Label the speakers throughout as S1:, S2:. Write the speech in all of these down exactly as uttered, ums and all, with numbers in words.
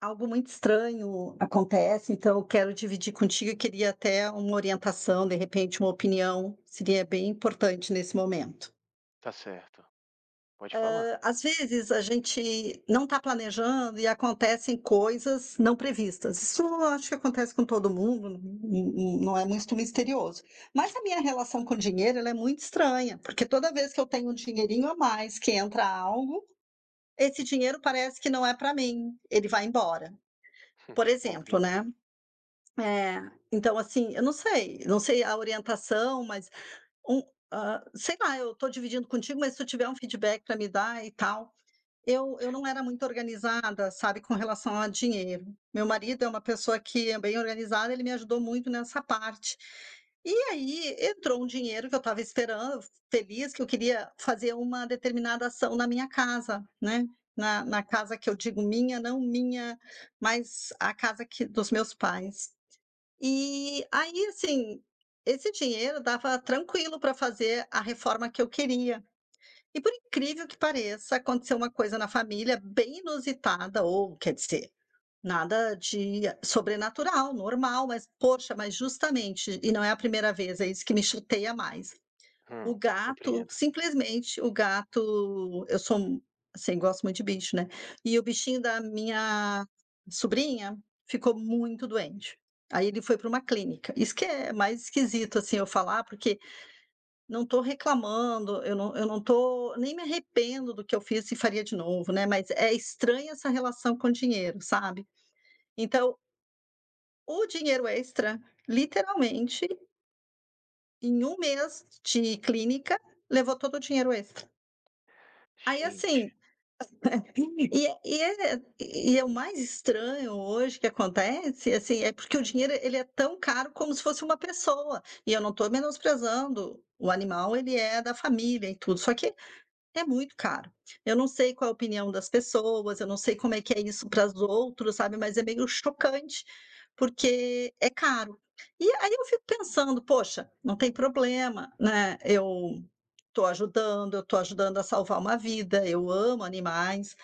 S1: Algo muito estranho acontece, então eu quero dividir contigo e queria até uma orientação, de repente, uma opinião, seria bem importante nesse momento.
S2: Tá certo, pode falar.
S1: Às vezes a gente não está planejando e acontecem coisas não previstas. Isso eu acho que acontece com todo mundo, não não é muito misterioso. Mas a minha relação com o dinheiro, ela é muito estranha, porque toda vez que eu tenho um dinheirinho a mais que entra algo, esse dinheiro parece que não é para mim, ele vai embora. Por exemplo,
S2: Compreendo.
S1: né. É, então assim, eu não sei, não sei a orientação, mas um hã, sei lá, eu estou dividindo contigo, mas se tu tiver um feedback para me dar e tal. Eu eu não era muito organizada, sabe, com relação a dinheiro. Meu marido é uma pessoa que é bem organizada, ele me ajudou muito nessa parte. E aí entrou um dinheiro que eu estava esperando, feliz, que eu queria fazer uma determinada ação na minha casa, né, na na casa que eu digo minha, não minha, mas a casa que dos meus pais. E aí, assim, esse dinheiro dava tranquilo para fazer a reforma que eu queria. E por incrível que pareça, aconteceu uma coisa na família bem inusitada, ou quer dizer, nada de sobrenatural, normal, mas poxa, mas justamente, e não é a primeira vez, é isso que me chateia mais. O
S2: Hum,
S1: gato,
S2: compreendo.
S1: simplesmente o gato eu sou, assim, gosto muito de bicho, né, e o bichinho da minha sobrinha ficou muito doente. Aí ele foi para uma clínica. Isso que é mais esquisito, assim, eu falar, porque não estou reclamando, eu não eu não estou nem me arrependo do que eu fiz e faria de novo, né, mas é estranha essa relação com o dinheiro, sabe. Então, o dinheiro extra, literalmente, em um mês de clínica, levou todo o dinheiro extra. Aí,
S2: Gente,
S1: assim, E e é e é o mais estranho hoje que acontece, assim, é porque o dinheiro ele é tão caro como se fosse uma pessoa, e eu não estou menosprezando o animal, ele é da família e tudo, só que é muito caro. Eu não sei qual é a opinião das pessoas, eu não sei como é que é isso para os outros, sabe, mas é meio chocante, porque é caro. E aí eu fico pensando: "Poxa, não tem problema, né, eu estou ajudando, eu estou ajudando a salvar uma vida, eu amo animais".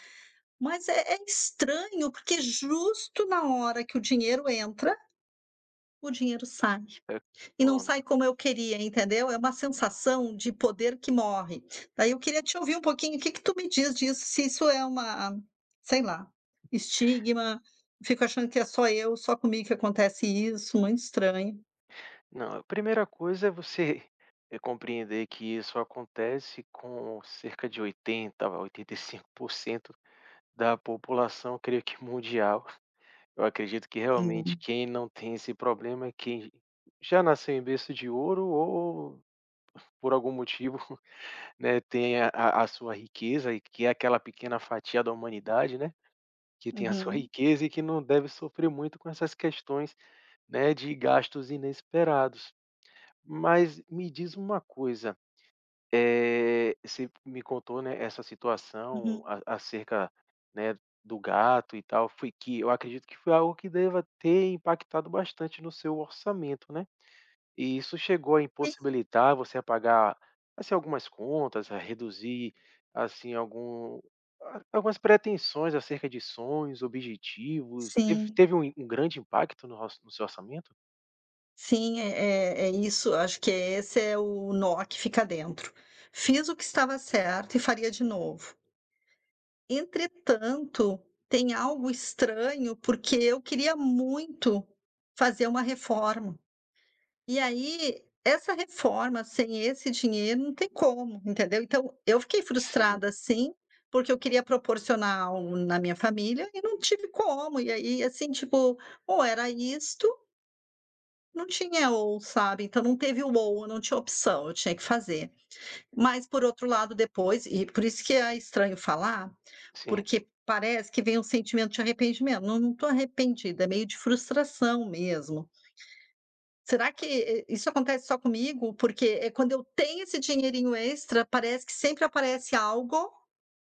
S1: Mas é é estranho, porque justo na hora que o dinheiro entra, o dinheiro sai.
S2: é
S1: E não
S2: quando
S1: sai como eu queria, entendeu? É uma sensação de poder que morre. Daí eu queria te ouvir um pouquinho, o que que tu me diz disso, se isso é uma, sei lá, estigma, fico achando que é só eu, só comigo que acontece isso, muito estranho.
S2: não, a primeira coisa é você, eh, compreender que isso acontece com cerca de oitenta a oitenta e cinco por cento da população, creio que mundial. Eu acredito que realmente
S1: Sim.
S2: quem não tem esse problema é quem já nasceu em berço de ouro ou por algum motivo, né, tem a a a sua riqueza e que é aquela pequena fatia da humanidade, né. Que tem a sua
S1: Uhum,
S2: riqueza e que não deve sofrer muito com essas questões, né, de gastos inesperados. Mas me diz uma coisa, eh, você me contou, né, essa situação
S1: uhum.
S2: a acerca, né, do gato e tal, foi que eu acredito que foi algo que deva ter impactado bastante no seu orçamento, né? E isso chegou a
S1: Sim,
S2: impossibilitar você a pagar, assim, algumas contas, a reduzir, assim, algum a algumas pretensões acerca de sonhos, objetivos? Teve
S1: sim.
S2: teve um um grande impacto no orç no seu orçamento?
S1: Sim, é é é isso, acho que é, esse é o nó que fica dentro. Fiz o que estava certo e faria de novo. Entretanto, tem algo estranho, porque eu queria muito fazer uma reforma. E aí, essa reforma sem esse dinheiro não tem como, entendeu? Então, eu fiquei
S2: Sim,
S1: frustrada sim, porque eu queria proporcionar algo na minha família e não tive como. E aí, assim, tipo, ou era isto não tinha ou, sabe, então não teve o ou, não tinha opção, eu tinha que fazer. Mas por outro lado depois e por isso que é estranho falar,
S2: sim,
S1: porque parece que vem um sentimento de arrependimento, não não tô arrependida, é meio de frustração mesmo. Será que e isso acontece só comigo? Porque, eh, quando eu tenho esse dinheirinho extra, parece que sempre aparece algo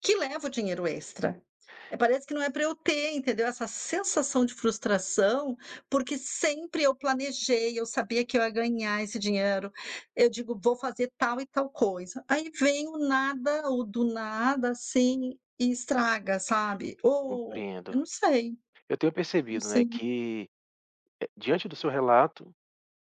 S1: que leva o dinheiro extra. Eh, parece que não é para eu ter, entendeu, essa sensação de frustração, porque sempre eu planejei, eu sabia que eu ia ganhar esse dinheiro. Eu digo: "Vou fazer tal e tal coisa". Aí vem o nada, o do nada, assim, e estraga, sabe. Ou eu
S2: compreendo.
S1: não sei,
S2: Eu tenho
S1: não
S2: percebido, né,
S1: sei.
S2: que, eh, diante do seu relato,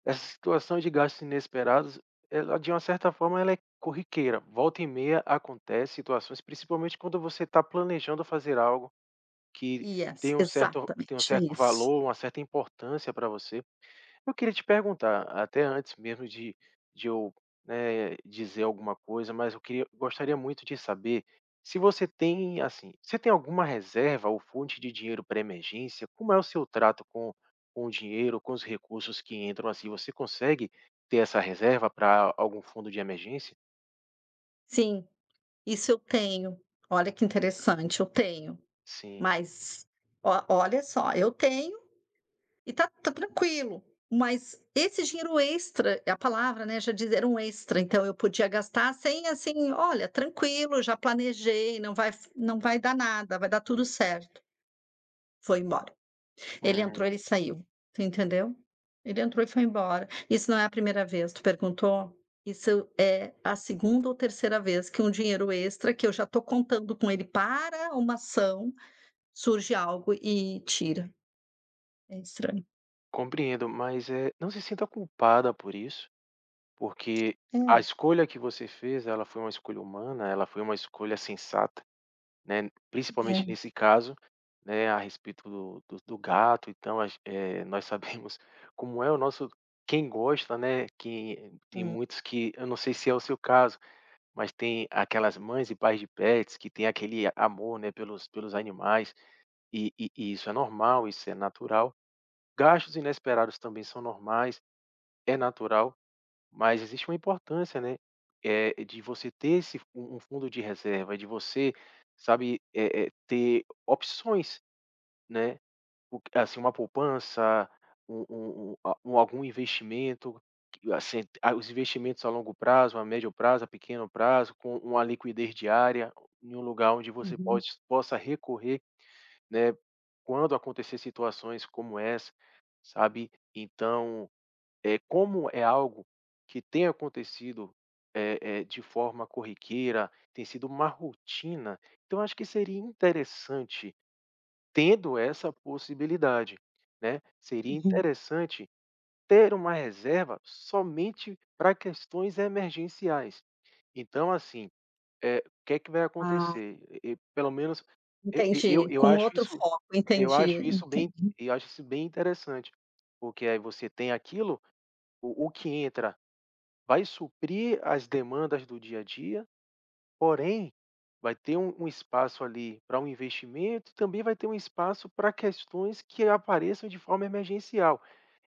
S2: essa situação de gastos inesperados, ela de uma certa forma ela é corriqueira. Volta e meia acontece situações, principalmente quando você está planejando fazer algo. Que
S1: Yes,
S2: tem um certo tem um
S1: exatamente, é
S2: certo
S1: isso.
S2: valor, uma certa importância para você. Eu queria te perguntar, até antes mesmo de de eu, né, dizer alguma coisa, mas eu queria gostaria muito de saber se você tem, assim, você tem alguma reserva ou fonte de dinheiro para emergência? Como é o seu trato com com o dinheiro, com os recursos que entram, assim, você consegue ter essa reserva para algum fundo de emergência?
S1: Sim, isso eu tenho. Olha que interessante, eu tenho.
S2: Sim.
S1: Mas o olha só, eu tenho E tá tá tranquilo, mas esse dinheiro extra, é a palavra, né, já diz, era um extra, então eu podia gastar sem assim: "Olha, tranquilo, já planejei, não vai não vai dar nada, vai dar tudo certo". Foi embora. Ele entrou,
S2: Hum,
S1: ele saiu, tu entendeu? Ele entrou e foi embora. Isso não é a primeira vez, tu perguntou? Isso é a segunda ou terceira vez que um dinheiro extra, que eu já tô contando com ele para uma ação, surge algo e tira. É estranho.
S2: compreendo, mas, é, não se sinta culpada por isso. Porque a
S1: É,
S2: escolha que você fez, ela foi uma escolha humana, ela foi uma escolha sensata, né, principalmente
S1: é.
S2: nesse caso, né, a respeito do do do gato, então a gen eh, nós sabemos como é o nosso quem gosta, né, quem tem
S1: Hum,
S2: muitos, que eu não sei se é o seu caso, mas tem aquelas mães e pais de pets que têm aquele a- amor, né, pelos pelos animais, e e e isso é normal, isso é natural. Gastos inesperados também são normais, é natural. Mas existe uma importância, né, eh, de você ter esse um um fundo de reserva, de você, sabe, eh eh, ter opções, né, o que- assim, uma poupança, um um um a um algum investimento, que assim, a os investimentos a longo prazo, a médio prazo, a pequeno prazo, com uma liquidez diária, em um lugar onde você
S1: uhum.
S2: pode possa recorrer, né, quando acontecer situações como essa, sabe. Então é como é algo que tem acontecido, eh eh, de forma corriqueira, tem sido uma rotina, então acho que seria interessante, tendo essa possibilidade, né, seria
S1: Uhum.
S2: interessante ter uma reserva somente para questões emergenciais. Então assim, eh, o que é que vai
S1: Ah,
S2: acontecer? E e pelo menos e eu
S1: entendi,
S2: eu
S1: com
S2: acho
S1: outro
S2: isso
S1: foco,
S2: eu
S1: entendi,
S2: acho isso bem
S1: entendi.
S2: eu acho isso bem interessante, porque aí você tem aquilo, o o que entra. Vai suprir as demandas do dia a dia, porém, vai ter um um espaço ali para um investimento e também vai ter um espaço para questões que apareçam de forma emergencial.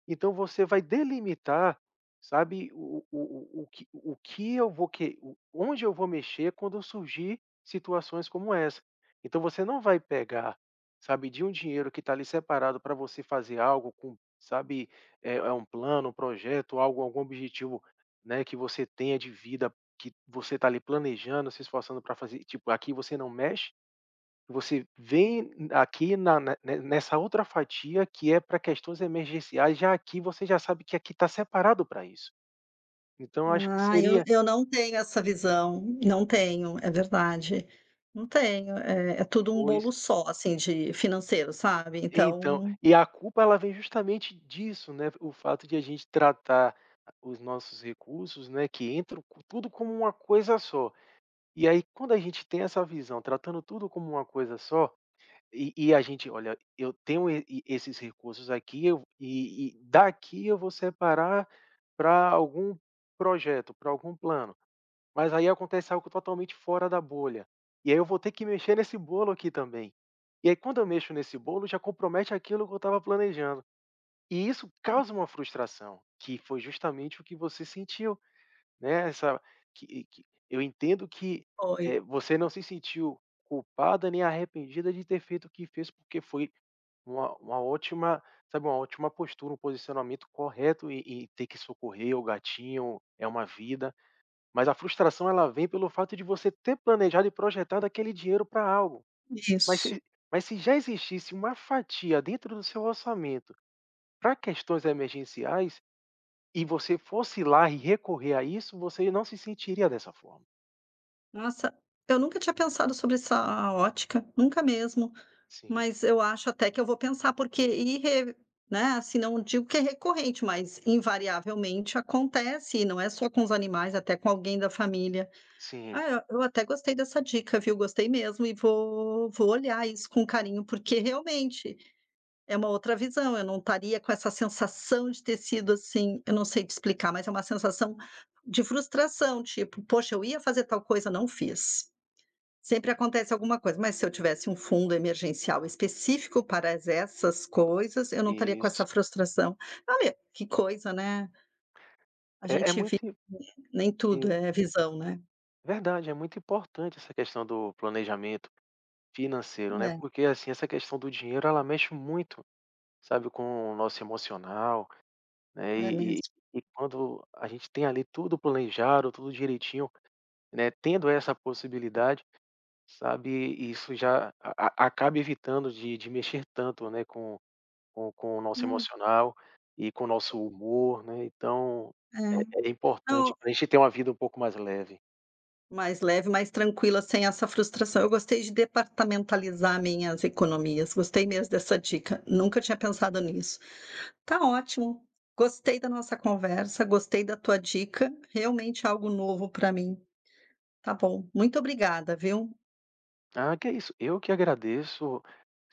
S2: Então você vai delimitar, sabe, o o o o que o que eu vou que o onde eu vou mexer quando surgir situações como essa. Então você não vai pegar, sabe, de um dinheiro que está ali separado para você fazer algo com, sabe, é é um plano, um projeto, algo algum objetivo, né, que você tenha de vida, que você está ali planejando, se esforçando para fazer, tipo, aqui você não mexe, você vem aqui na ne ne nessa outra fatia que é para questões emergenciais, já aqui você já sabe que aqui está separado para isso. Então eu acho que
S1: Ah, eu
S2: seria,
S1: eu não tenho essa visão, não tenho, é verdade. Não tenho, é é tudo um
S2: pois,
S1: bolo só, assim, de financeiro, sabe,
S2: então,
S1: então
S2: e a culpa ela vem justamente disso, né, o fato de a gente tratar os nossos recursos, né, que entram, co- tudo como uma coisa só. E aí quando a gente tem essa visão, tratando tudo como uma coisa só. E e a gente: "Olha, eu tenho e e esses recursos aqui, eu e e daqui eu vou separar para algum projeto, para algum plano". Mas aí acontece algo totalmente fora da bolha. E aí eu vou ter que mexer nesse bolo aqui também. E aí quando eu mexo nesse bolo, já compromete aquilo que eu estava planejando. E isso causa uma frustração, que foi justamente o que você sentiu, né, essa, que que eu entendo que,
S1: foi
S2: eh, você não se sentiu culpada nem arrependida de ter feito o que fez, porque foi uma uma ótima, sabe, uma ótima postura, um posicionamento correto, e e ter que socorrer o gatinho, é uma vida, mas a frustração ela vem pelo fato de você ter planejado e projetado aquele dinheiro para algo. Mas
S1: isso.
S2: se mas se já existisse uma fatia dentro do seu orçamento para questões emergenciais, e você fosse lá e recorrer a isso, você não se sentiria dessa forma.
S1: Nossa, eu nunca tinha pensado sobre essa ótica, nunca mesmo,
S2: Sim,
S1: mas eu acho até que eu vou pensar, porque irre né, assim, não digo que é recorrente, mas invariavelmente acontece, e não é só com os animais, até com alguém da família.
S2: sim,
S1: Ah, eu eu até gostei dessa dica, viu, gostei mesmo e vou vou olhar isso com carinho, porque realmente é uma outra visão, eu não estaria com essa sensação de ter sido assim, eu não sei te explicar, mas é uma sensação de frustração, tipo: "Poxa, eu ia fazer tal coisa, não fiz". Sempre acontece alguma coisa, mas se eu tivesse um fundo emergencial específico para as essas coisas, eu não estaria com essa
S2: isso.
S1: frustração. Olha, que coisa, né, a
S2: É é
S1: gente vi
S2: muito
S1: nem tudo
S2: e
S1: é visão, né.
S2: verdade, é muito importante essa questão do planejamento. Financeiro, né,
S1: É,
S2: porque, assim, essa questão do dinheiro ela mexe muito, sabe, com o nosso emocional, né,
S1: é
S2: e e
S1: mesmo.
S2: e quando a gente tem ali tudo planejado, tudo direitinho, né, tendo essa possibilidade, sabe, isso já a a acaba evitando de de mexer tanto, né, com com com o nosso
S1: Não,
S2: emocional e com o nosso humor, né, então
S1: é.
S2: é é importante
S1: Não,
S2: para a gente ter uma vida um pouco mais leve.
S1: mais leve, mais tranquila, sem essa frustração. Eu gostei de departamentalizar minhas economias, gostei mesmo dessa dica, nunca tinha pensado nisso. Tá ótimo, gostei da nossa conversa, gostei da tua dica, realmente algo novo para mim. Tá bom, muito obrigada, viu?
S2: Ah, que é isso, eu que agradeço.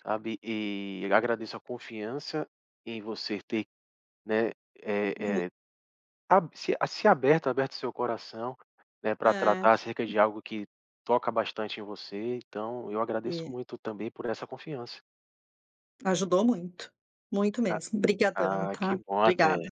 S2: Sabe, e agradeço a confiança em você ter, né, eh
S1: Uhum.
S2: eh, ab se a- se aberto aberto seu coração, né, pra
S1: É,
S2: tratar acerca de algo que toca bastante em você, então eu agradeço
S1: e
S2: muito também por essa confiança.
S1: ajudou muito, muito
S2: Ah
S1: mesmo. Obrigadão,
S2: ah, que
S1: tá?
S2: bom,
S1: Obrigada.
S2: até.